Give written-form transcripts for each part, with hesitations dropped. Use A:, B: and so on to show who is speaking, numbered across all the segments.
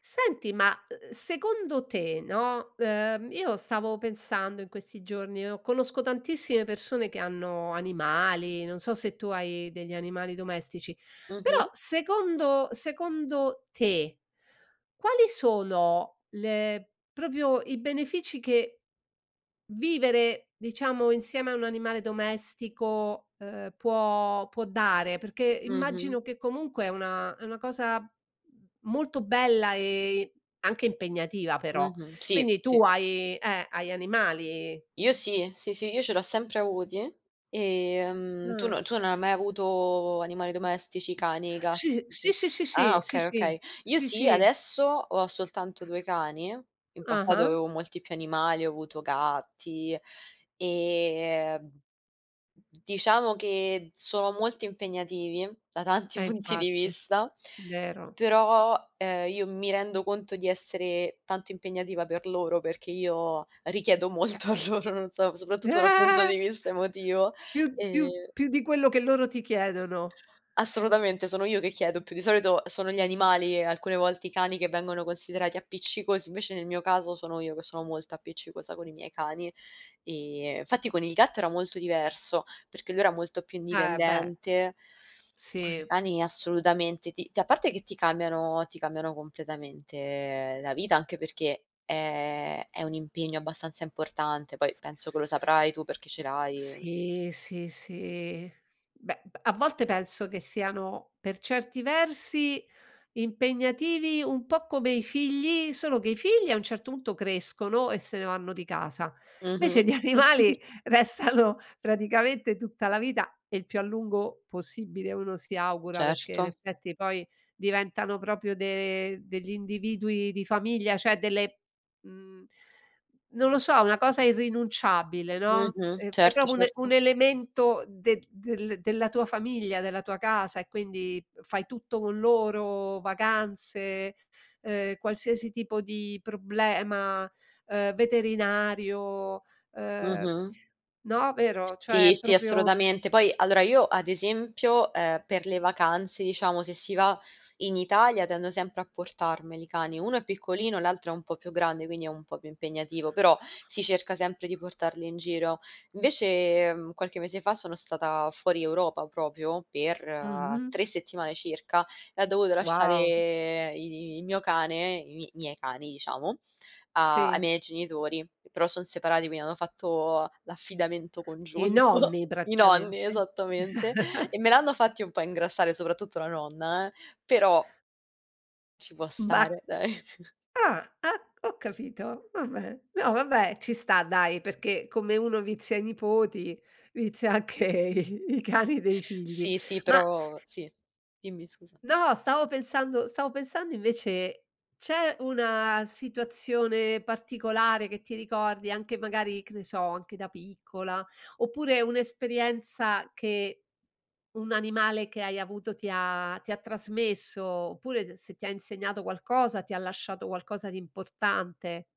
A: Senti, ma, secondo te, no, io stavo pensando in questi giorni, io conosco tantissime persone che hanno animali, non so se tu hai degli animali domestici, però
B: Mh-mh,
A: secondo te, quali sono le proprio i benefici che vivere, diciamo, insieme a un animale domestico, può dare, perché
B: mh-mh,
A: immagino che comunque è una cosa molto bella e anche impegnativa però.
B: mh-mh. Sì,
A: Quindi
B: sì.
A: tu hai animali?
B: Io sì, sì, sì, io ce l'ho sempre avuti. Tu
A: Mh.
B: tu non hai mai avuto animali domestici, cani, gatti,
A: Sì, sì,
B: così?
A: sì, sì,
B: Ah,
A: sì, sì,
B: okay,
A: sì,
B: okay. Io
A: sì,
B: sì,
A: sì.
B: adesso ho soltanto 2 cani, in passato
A: Ah-ah.
B: avevo molti più animali, ho avuto gatti, ehm, diciamo che sono molto impegnativi da tanti punti di
A: Infatti,
B: vista.
A: vero.
B: Però, io mi rendo conto di essere tanto impegnativa per loro, perché io richiedo molto a loro, non so, soprattutto dal punto
A: Eh,
B: di vista emotivo,
A: Più
B: ehm
A: più più di quello che loro ti chiedono.
B: Assolutamente, sono io che chiedo, più di solito sono gli animali e alcune volte i cani che vengono considerati appiccicosi, invece nel mio caso sono io che sono molto appiccicosa con i miei cani. Infatti con il gatto era molto diverso, perché lui era molto più
A: Beh,
B: indipendente. Con i
A: sì.
B: cani assolutamente, ti a parte che ti cambiano completamente la vita, anche perché è un impegno abbastanza importante, poi penso che lo saprai tu perché ce l'hai.
A: Sì, sì, sì. Beh, b a volte penso che siano, per certi versi, impegnativi un po' come i figli, solo che i figli a un certo punto crescono e se ne vanno di casa. Invece
B: Mh-mh.
A: gli animali restano praticamente tutta la vita e il più a lungo possibile, uno si augura, perché in
B: Certo.
A: effetti poi diventano proprio de degli individui di famiglia, cioè delle mhmm non lo so, una cosa irrinunciabile, no,
B: Mh-mh.
A: è
B: Certo,
A: proprio un
B: certo.
A: elemento de del della tua famiglia, della tua casa e quindi fai tutto con loro, vacanze, qualsiasi tipo di problema, veterinario, ehm
B: Mh-mh.
A: no, vero? Cioè
B: Sì,
A: è
B: sì,
A: proprio.
B: assolutamente. Poi allora io ad esempio, per le vacanze, diciamo, se si va in Italia tendo sempre a portarmeli i cani. Uno è piccolino, l'altro è un po' più grande, quindi è un po' più impegnativo, però si cerca sempre di portarli in giro. Invece, qualche mese fa sono stata fuori Europa proprio per
A: Mh-mh.
B: 3 settimane circa e ho dovuto
A: Wow.
B: lasciare i il mio cane, i mi miei cani diciamo, a ai
A: Sì.
B: miei genitori, però son separati, quindi hanno fatto l'affidamento
A: I
B: congiunto.
A: nonni
B: I nonni,
A: praticamente. Esa
B: esattamente, e me l'hanno fatti un po' ingrassare, soprattutto la nonna però ci può
A: bah.
B: stare dai.
A: Ah, ah, ho capito, vabbè. No, vabbè, ci sta dai, perché come uno vizia i nipoti, vizia anche i cani dei figli.
B: Sì, sì,
A: Ma
B: però sì. Dimmi scusa.
A: no, stavo pensando invece, c'è una situazione particolare che ti ricordi, anche magari, che ne so, anche da piccola, oppure un'esperienza che un animale che hai avuto ti ha trasmesso, oppure se ti ha insegnato qualcosa, ti ha lasciato qualcosa di importante?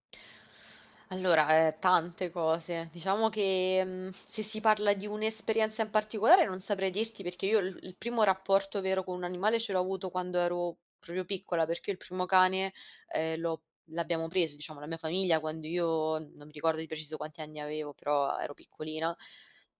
B: Allora, tante cose. Diciamo che, se si parla di un'esperienza in particolare non saprei dirti perché io il primo rapporto vero con un animale ce l'ho avuto quando ero proprio piccola, perché io il primo cane, ehm, l'ho l'abbiamo preso, diciamo, la mia famiglia quando io non mi ricordo di preciso quanti anni avevo, però ero piccolina.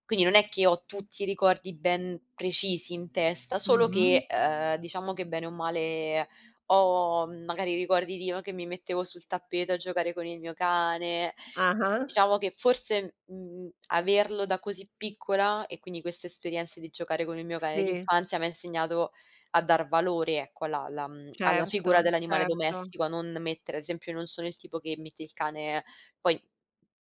B: Quindi non è che ho tutti i ricordi ben precisi in testa, solo
A: Mh-mh.
B: che, diciamo che bene o male ho, magari ricordi di o che mi mettevo sul tappeto a giocare con il mio cane.
A: Ah-ah.
B: Diciamo che forse, averlo da così piccola e quindi queste esperienze di giocare con il mio cane
A: Sì,
B: d'infanzia m'ha insegnato a dar valore, ecco, alla figura
A: certo,
B: dell'animale
A: certo,
B: domestico, a non mettere ad esempio, io non sono il tipo che mette il cane poi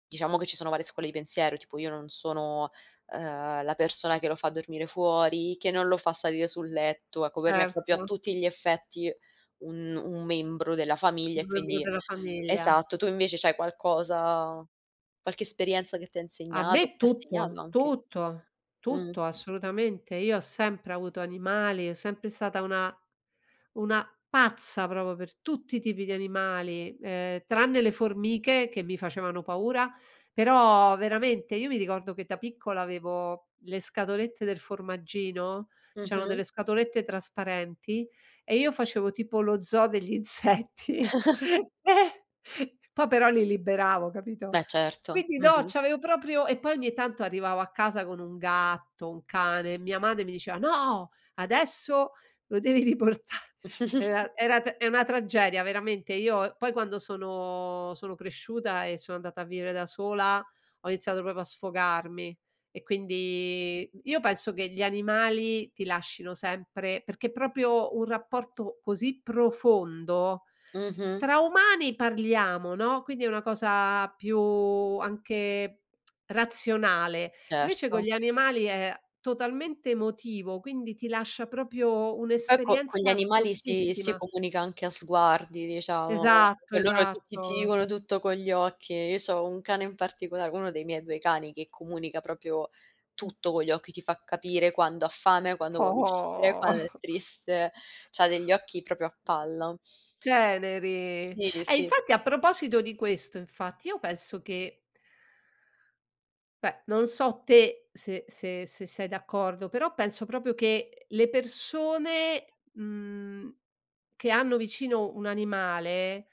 B: diciamo che ci sono varie scuole di pensiero, tipo io non sono, la persona che lo fa dormire fuori, che non lo fa salire sul letto, ecco per me è proprio a
A: certo.
B: tutti gli effetti un membro della famiglia
A: Il
B: e
A: membro
B: quindi
A: della famiglia.
B: esatto, tu invece c'hai qualcosa qualche esperienza che ti ha
A: A
B: insegnato,
A: me
B: t'ha segnato
A: tutto,
B: anche.
A: tutto,
B: Mh.
A: tutto assolutamente. Io ho sempre avuto animali, ho sempre stata una pazza proprio per tutti i tipi di animali, tranne le formiche che mi facevano paura, però veramente io mi ricordo che da piccola avevo le scatolette del formaggino, c'erano
B: Mh-mh.
A: delle scatolette trasparenti e io facevo tipo lo zoo degli insetti. Poi però li liberavo, capito?
B: Beh certo.
A: Quindi no,
B: Mh-mh.
A: c'avevo proprio e poi ogni tanto arrivavo a casa con un gatto, un cane, mia madre mi diceva: "No, adesso lo devi riportare." Era era t È una tragedia veramente. Io poi quando sono cresciuta e sono andata a vivere da sola, ho iniziato proprio a sfogarmi e quindi io penso che gli animali ti lascino sempre perché proprio un rapporto così profondo
B: Mh-mh.
A: tra umani parliamo, no, quindi è una cosa più anche razionale. Invece con
B: Certo.
A: gli animali è totalmente emotivo, quindi ti lascia proprio
B: Che poi co con gli
A: un'esperienza
B: animali si
A: fortissima.
B: comunica anche a sguardi, diciamo,
A: Esatto,
B: e loro
A: esatto.
B: ti dicono tutto con gli occhi. Io c'ho un cane in particolare, uno dei miei 2 cani, che comunica proprio tutto con gli occhi, ti fa capire quando ha fame, quando vuole uscire, quando
A: Oh.
B: è triste. C'ha degli occhi proprio a palla.
A: Teneri.
B: Sì,
A: E
B: sì.
A: infatti a proposito di questo, infatti, io penso che beh, non so te se se sei d'accordo, però penso proprio che le persone, mhmm, che hanno vicino un animale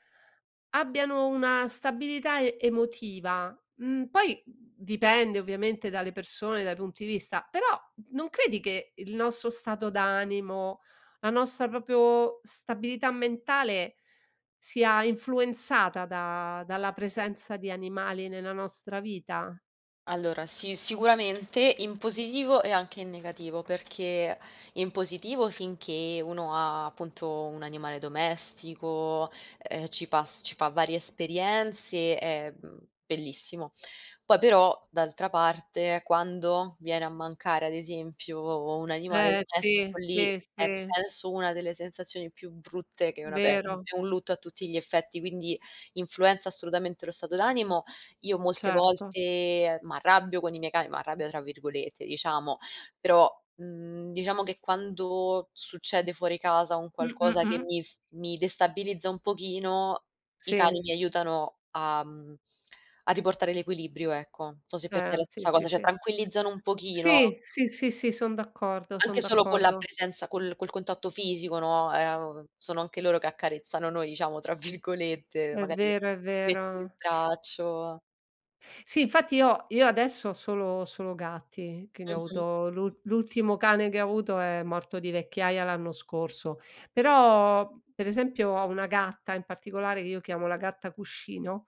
A: abbiano una stabilità e emotiva. Poi dipende ovviamente dalle persone, dai punti di vista, però non credi che il nostro stato d'animo, la nostra proprio stabilità mentale sia influenzata da dalla presenza di animali nella nostra vita?
B: Allora, sì, sicuramente in positivo e anche in negativo, perché in positivo finché uno ha appunto un animale domestico, ci fa varie esperienze, bellissimo. Poi però, d'altra parte, quando viene a mancare, ad esempio, un animale
A: Sì,
B: domestico, lì
A: sì,
B: è
A: sì,
B: penso una delle sensazioni più brutte che una pe
A: vero,
B: è un lutto a tutti gli effetti, quindi influenza assolutamente lo stato d'animo io molte
A: certo.
B: volte m'arrabbio con i miei cani, "m'arrabbio" tra virgolette diciamo, però, diciamo che quando succede fuori casa un
A: Mh, mh,
B: qualcosa che
A: mh.
B: mi destabilizza un pochino, i
A: Sì,
B: cani mi aiutano a a riportare l'equilibrio, ecco. Non so se per te è la
A: sì,
B: stessa
A: sì,
B: cosa, cioè
A: sì.
B: tranquillizzano un pochino,
A: Sì, sì, sì, sì, son d'accordo,
B: anche
A: son
B: solo con la
A: d'accordo.
B: presenza, col contatto fisico, no, sono anche loro che "accarezzano" noi diciamo tra virgolette,
A: È
B: magari
A: vero, è
B: si mettono il
A: vero.
B: braccio.
A: Sì, infatti io adesso ho solo gatti, quindi ho
B: Mh-mh.
A: avuto l'ultimo cane che ho avuto è morto di vecchiaia l'anno scorso, però per esempio ho una gatta in particolare che io chiamo la gatta cuscino,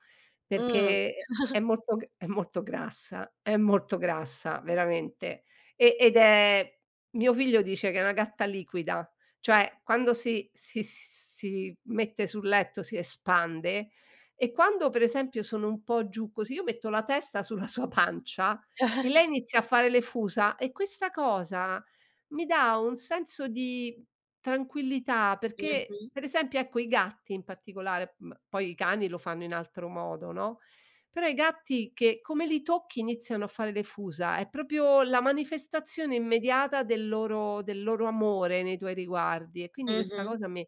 B: Mh.
A: perché è molto grassa veramente, ed è mio figlio dice che è una gatta liquida, cioè quando si mette sul letto si espande, e quando per esempio sono un po' giù così, io metto la testa sulla sua pancia e lei inizia a fare le fusa e questa cosa mi dà un senso di tranquillità perché,
B: Mh-mh.
A: per esempio, ecco, i gatti in particolare, poi i cani lo fanno in altro modo, no, però i gatti che come li tocchi iniziano a fare le fusa, è proprio la manifestazione immediata del loro amore nei tuoi riguardi e quindi questa
B: Mh-mh.
A: cosa mi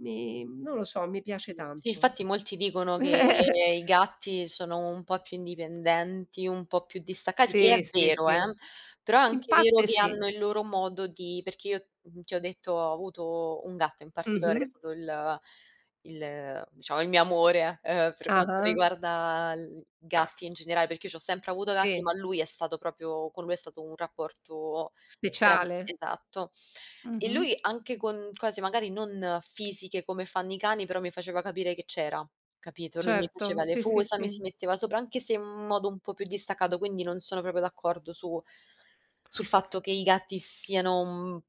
A: mi non lo so, mi
B: Sì.
A: piace
B: Sì,
A: tanto.
B: infatti molti dicono che i gatti sono un po' più indipendenti, un po' più distaccati, che è
A: Sì, sì,
B: vero,
A: sì.
B: però è
A: In
B: anche vero
A: parte
B: che
A: sì.
B: hanno il loro modo di perché io, ti ho detto ho avuto un gatto in particolare che
A: Mh-mh.
B: è stato il diciamo il mio amore, per quanto
A: Ah-ah.
B: riguarda l gatti in generale, perché io c'ho sempre avuto gatti,
A: Sì.
B: ma lui è stato proprio con lui è stato un rapporto verame
A: Speciale.
B: esatto. E
A: Mh-mh.
B: lui anche con cose magari non fisiche come fanno i cani, però mi faceva capire che c'era, capito? Lui mi
A: Certo.
B: faceva le
A: Sì, sì,
B: fusa, mi
A: sì.
B: si metteva sopra, anche se in modo un po' più distaccato, quindi non sono proprio d'accordo su sul fatto che i gatti siano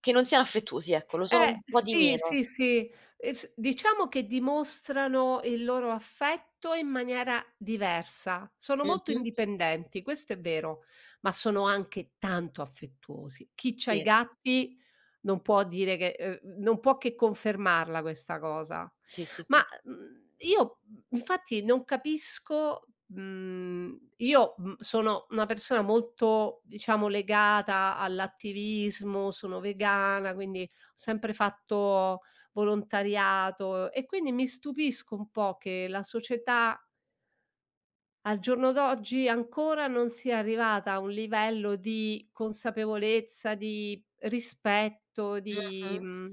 B: che non siano affettuosi, ecco, lo sono un po' di
A: Sì,
B: meno.
A: sì, sì. E s diciamo che dimostrano il loro affetto in maniera diversa. Sono molto
B: Mh-mh.
A: indipendenti, questo è vero, ma sono anche tanto affettuosi. Chi c'ha i
B: Sì,
A: gatti non può dire che non può che confermarla questa cosa.
B: sì, sì, sì.
A: Ma, io, infatti non capisco io, sono una persona molto, diciamo, legata all'attivismo, sono vegana, quindi sempre fatto volontariato e quindi mi stupisco un po' che la società al giorno d'oggi ancora non sia arrivata a un livello di consapevolezza, di rispetto, di
B: Mh-mh.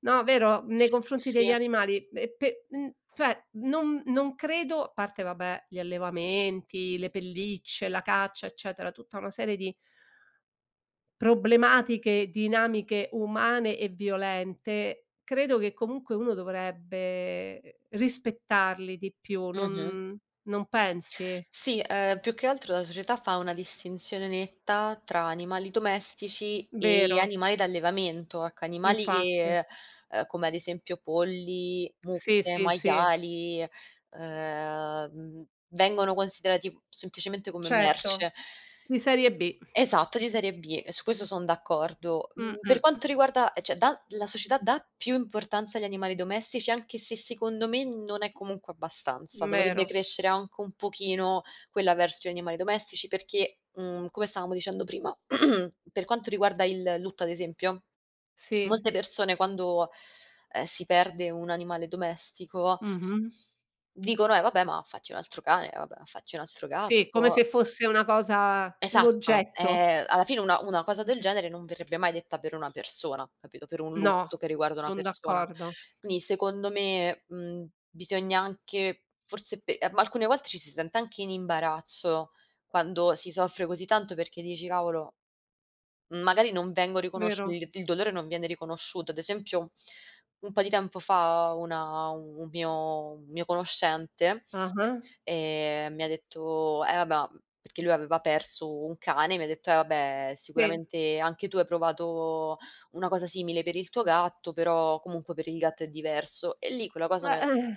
A: no, vero, nei confronti
B: Sì,
A: degli animali e cioè non credo a parte vabbè gli allevamenti, le pellicce, la caccia, eccetera, tutta una serie di problematiche, dinamiche umane e violente, credo che comunque uno dovrebbe, rispettarli di più,
B: mh-mh.
A: non pensi?
B: Sì, più che altro la società fa una distinzione netta tra animali domestici e
A: Vero,
B: animali d'allevamento, ecco, animali
A: infatti.
B: che come ad esempio polli,
A: Sì,
B: mucche,
A: sì, sì,
B: maiali, vengono considerati semplicemente come
A: certo.
B: merce.
A: Di serie B.
B: Esatto, di serie B, su questo son d'accordo. Mhmm, per
A: Mh-mh.
B: quanto riguarda cioè dà la società dà più importanza agli animali domestici, anche se secondo me non è comunque abbastanza. Dovrebbe
A: Vero,
B: crescere anche un pochino quella verso gli animali domestici perché, come stavamo dicendo prima, per quanto riguarda il lutto ad esempio,
A: sì.
B: molte persone quando, si perde un animale domestico
A: Mh-mh.
B: dicono: "Eh vabbè, ma fatti un altro cane, vabbè, ma fatti un altro
A: Sì, come
B: gatto".
A: se fosse una cosa un
B: Esatto,
A: oggetto.
B: alla fine una cosa del genere non verrebbe mai detta per una persona, capito, per un
A: No,
B: lutto che riguarda una
A: son
B: persona.
A: d'accordo.
B: Quindi secondo me, bisogna anche forse pe ma alcune volte ci si sente anche in imbarazzo quando si soffre così tanto perché dici: "Cavolo". Magari non vengo riconosci
A: Vero.
B: il dolore non viene riconosciuto. Ad esempio, un po' di tempo fa una un mio conoscente,
A: Ah-ah.
B: mi ha detto: "Eh vabbè", perché lui aveva perso un cane, mi ha detto: "Eh vabbè,
A: Sì.
B: sicuramente anche tu hai provato una cosa simile per il tuo gatto, però comunque per il gatto è diverso". E lì quella cosa mi
A: Beh,
B: ha
A: eh.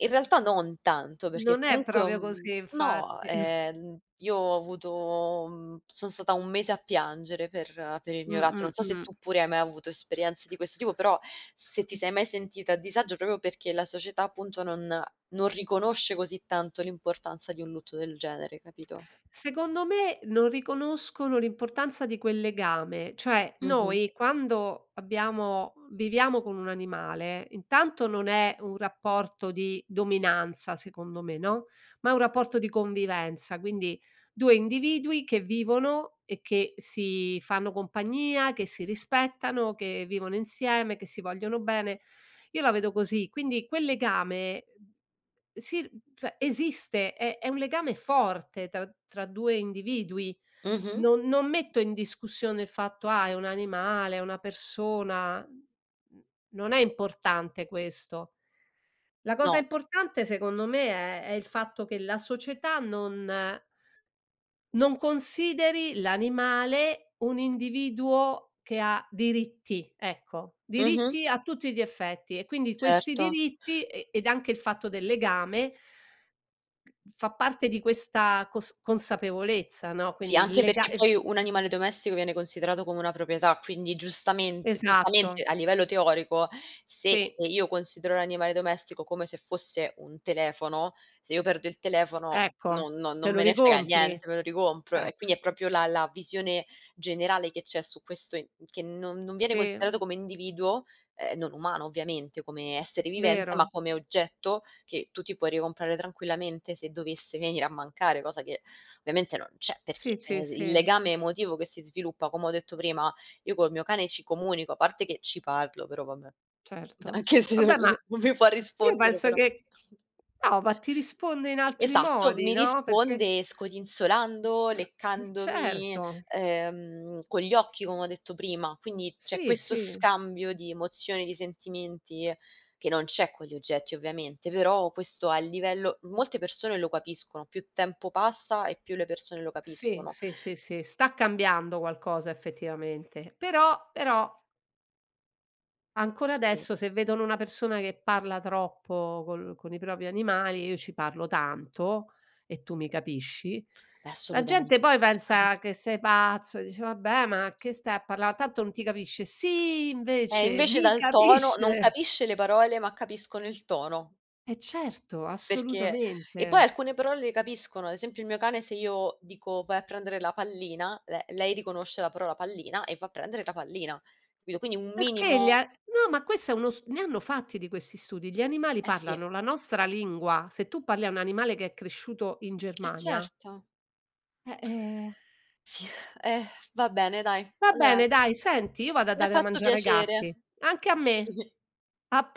B: in realtà non tanto, perché
A: Non è
B: comunque ho
A: proprio
B: mhmm,
A: così
B: no,
A: infatti.
B: io ho avuto son stata 1 mese a piangere per il mio gatto. Non so se
A: Mh.
B: tu pure hai mai avuto esperienze di questo tipo, però se ti sei mai sentita a disagio proprio perché la società appunto non riconosce così tanto l'importanza di un lutto del genere, capito?
A: Secondo me non riconoscono l'importanza di quel legame, cioè
B: Mh-mh.
A: noi quando abbiamo viviamo con un animale, intanto non è un rapporto di dominanza secondo me, no, ma è un rapporto di convivenza, quindi 2 individui che vivono e che si fanno compagnia, che si rispettano, che vivono insieme, che si vogliono bene. Io la vedo così, quindi quel legame sì, cioè esiste, è un legame forte tra 2 individui.
B: Mh-mh.
A: Non metto in discussione il fatto: "Ah, è un animale, è una persona." Mhmm, non è importante questo. La cosa
B: No.
A: importante secondo me è il fatto che la società non consideri l'animale un individuo che ha diritti, ecco,
B: Mh-mh.
A: diritti a tutti gli effetti e quindi questi
B: Certo.
A: diritti e ed anche il fatto del legame fa parte di questa cos consapevolezza, no,
B: Sì,
A: quindi il
B: anche
A: lega
B: perché
A: es
B: poi un animale domestico viene considerato come una proprietà, quindi giustamente
A: esatto,
B: a livello teorico, se,
A: sì,
B: io considero l'animale domestico come se fosse un telefono, se io perdo il telefono
A: ecco, te
B: non
A: lo
B: me ne frega
A: ricompri.
B: niente, me lo ricompro
A: Eh,
B: e quindi è proprio la visione generale che c'è su questo in che non viene
A: sì,
B: considerato come individuo, non umano ovviamente, come essere vivente, ma
A: vero.
B: come oggetto che tu ti puoi ricomprare tranquillamente se dovesse venire a mancare, cosa che ovviamente non c'è
A: Sì,
B: perché,
A: sì,
B: il
A: sì,
B: legame emotivo che si sviluppa, come ho detto prima, io col mio cane ci comunico, a parte che ci parlo, però vabbè.
A: certo.
B: Anche se
A: Vabbè, ma
B: non mi può
A: io
B: rispondere
A: penso
B: però.
A: che no, ma ti risponde in altri
B: Esatto, mi
A: modi, no, perché
B: risponde scodinzolando, leccandomi,
A: certo.
B: con gli occhi come ho detto prima, quindi c'è
A: Sì,
B: questo
A: sì.
B: scambio di emozioni, di sentimenti che non c'è con gli oggetti ovviamente, però questo a livello molte persone lo capiscono, più tempo passa e più le persone lo
A: Sì,
B: capiscono.
A: sì, sì, sì, sta cambiando qualcosa effettivamente, però ancora
B: Sì,
A: adesso se vedono una persona che parla troppo col con i propri animali, io ci parlo tanto e tu mi capisci,
B: beh,
A: la gente
B: assolutamente.
A: poi
B: Sì.
A: pensa che sei pazzo e dice: "Vabbè, ma che stai a parla tanto non ti capisce". Sì, invece
B: Invece
A: mi
B: dal tono non
A: capisce.
B: capisce le parole, ma capiscono il tono,
A: Eh certo,
B: perché e poi
A: assolutamente.
B: alcune parole le capiscono, ad esempio il mio cane se io dico: "Vai a prendere la pallina", le lei riconosce la parola pallina e va a prendere la pallina, capito? Quindi un
A: Perché gli
B: minimo
A: a no, ma questo è uno s ne hanno fatti di questi studi. Gli animali
B: eh sì,
A: parlano la nostra lingua. Se tu parli a un animale che è cresciuto in
B: eh
A: Germania,
B: certo.
A: eh, eh
B: Sì, eh, va bene dai.
A: va
B: Allora,
A: bene dai, senti, io vado a
B: mi ha
A: dare da
B: fatto
A: mangiare ai
B: piacere.
A: gatti. Anche a me.
B: Sì.
A: A